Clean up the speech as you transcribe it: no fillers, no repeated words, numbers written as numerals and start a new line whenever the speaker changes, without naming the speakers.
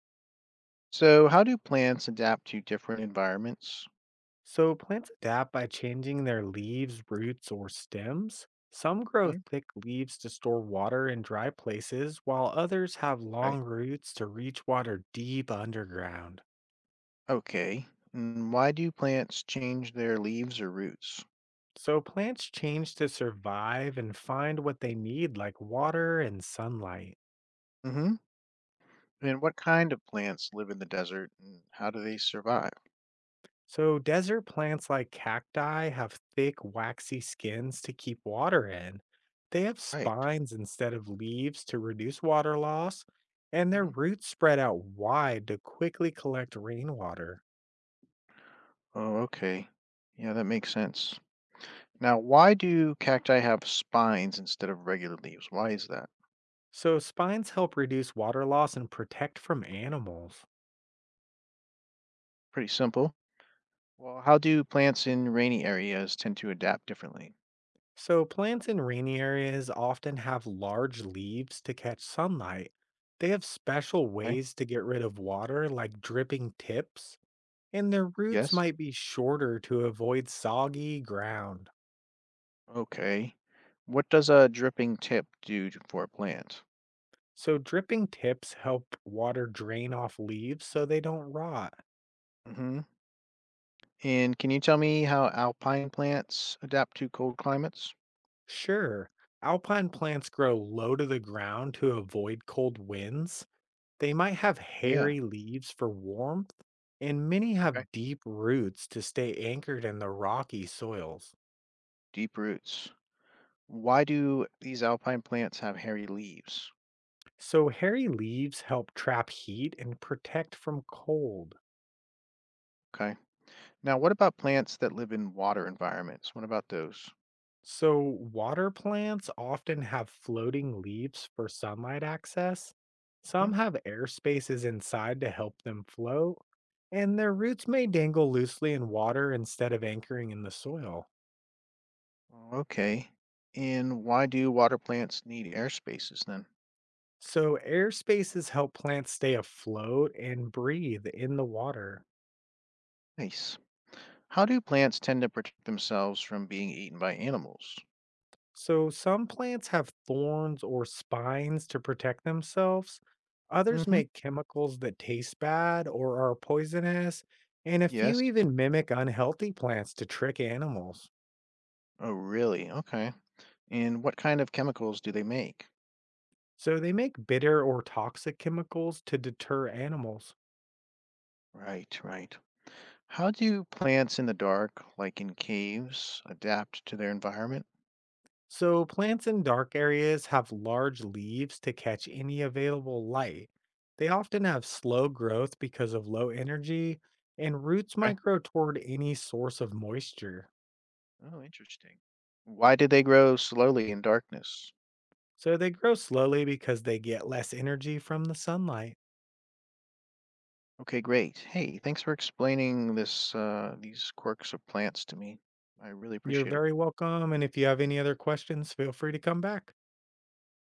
So, how do plants adapt to different environments?
So plants adapt by changing their leaves, roots, or stems. Some grow
Mm.
thick leaves to store water in dry places, while others have
Right.
long roots to reach water deep underground.
Okay. And why do plants change their leaves or roots?
So plants change to survive and find what they need, like water and sunlight.
Hmm. And what kind of plants live in the desert and how do they survive?
So, desert plants like cacti have thick, waxy skins to keep water in. They have
Right.
spines instead of leaves to reduce water loss, and their
Hmm.
roots spread out wide to quickly collect rainwater.
Oh, okay. Yeah, that makes sense. Now, why do cacti have spines instead of regular leaves? Why is that?
So, spines help reduce water loss and protect from animals.
Pretty simple. Well, how do plants in rainy areas tend to adapt differently?
So, plants in rainy areas often have large leaves to catch sunlight. They have special
Right.
ways to get rid of water, like dripping tips, and their roots
Yes.
might be shorter to avoid soggy ground.
Okay. What does a dripping tip for a plant?
So, dripping tips help water drain off leaves so they don't rot.
Hmm. And can you tell me how alpine plants adapt to cold climates?
Sure, alpine plants grow low to the ground to avoid cold winds. They might have
Yeah.
hairy leaves for warmth, and many
Okay.
have deep roots to stay anchored in the rocky soils.
Deep roots. Why do these alpine plants have hairy leaves?
So, hairy leaves help trap heat and protect from cold.
Okay. Now, what about plants that live in water environments? What about those?
So, water plants often have floating leaves for sunlight access. Some
Hmm?
have air spaces inside to help them float, and their roots may dangle loosely in water instead of anchoring in the soil.
Okay. And why do water plants need air spaces then?
So, air spaces help plants stay afloat and breathe in the water.
Nice. How do plants tend to protect themselves from being eaten by animals?
So, some plants have thorns or spines to protect themselves. Others
Hmm.
make chemicals that taste bad or are poisonous. And a few
Yes.
even mimic unhealthy plants to trick animals.
Oh, really? Okay. And what kind of chemicals do they make?
So, they make bitter or toxic chemicals to deter animals.
Right, right. How do plants in the dark, like in caves, adapt to their environment?
So, plants in dark areas have large leaves to catch any available light. They often have slow growth because of low energy, and roots
Okay.
might grow toward any source of moisture.
Oh, interesting. Why do they grow slowly in darkness?
So they grow slowly because they get less energy from the sunlight.
Okay, great. Hey, thanks for explaining this these quirks of plants to me. I really
You're
appreciate it.
very welcome. And if you have any other questions, feel free to come back.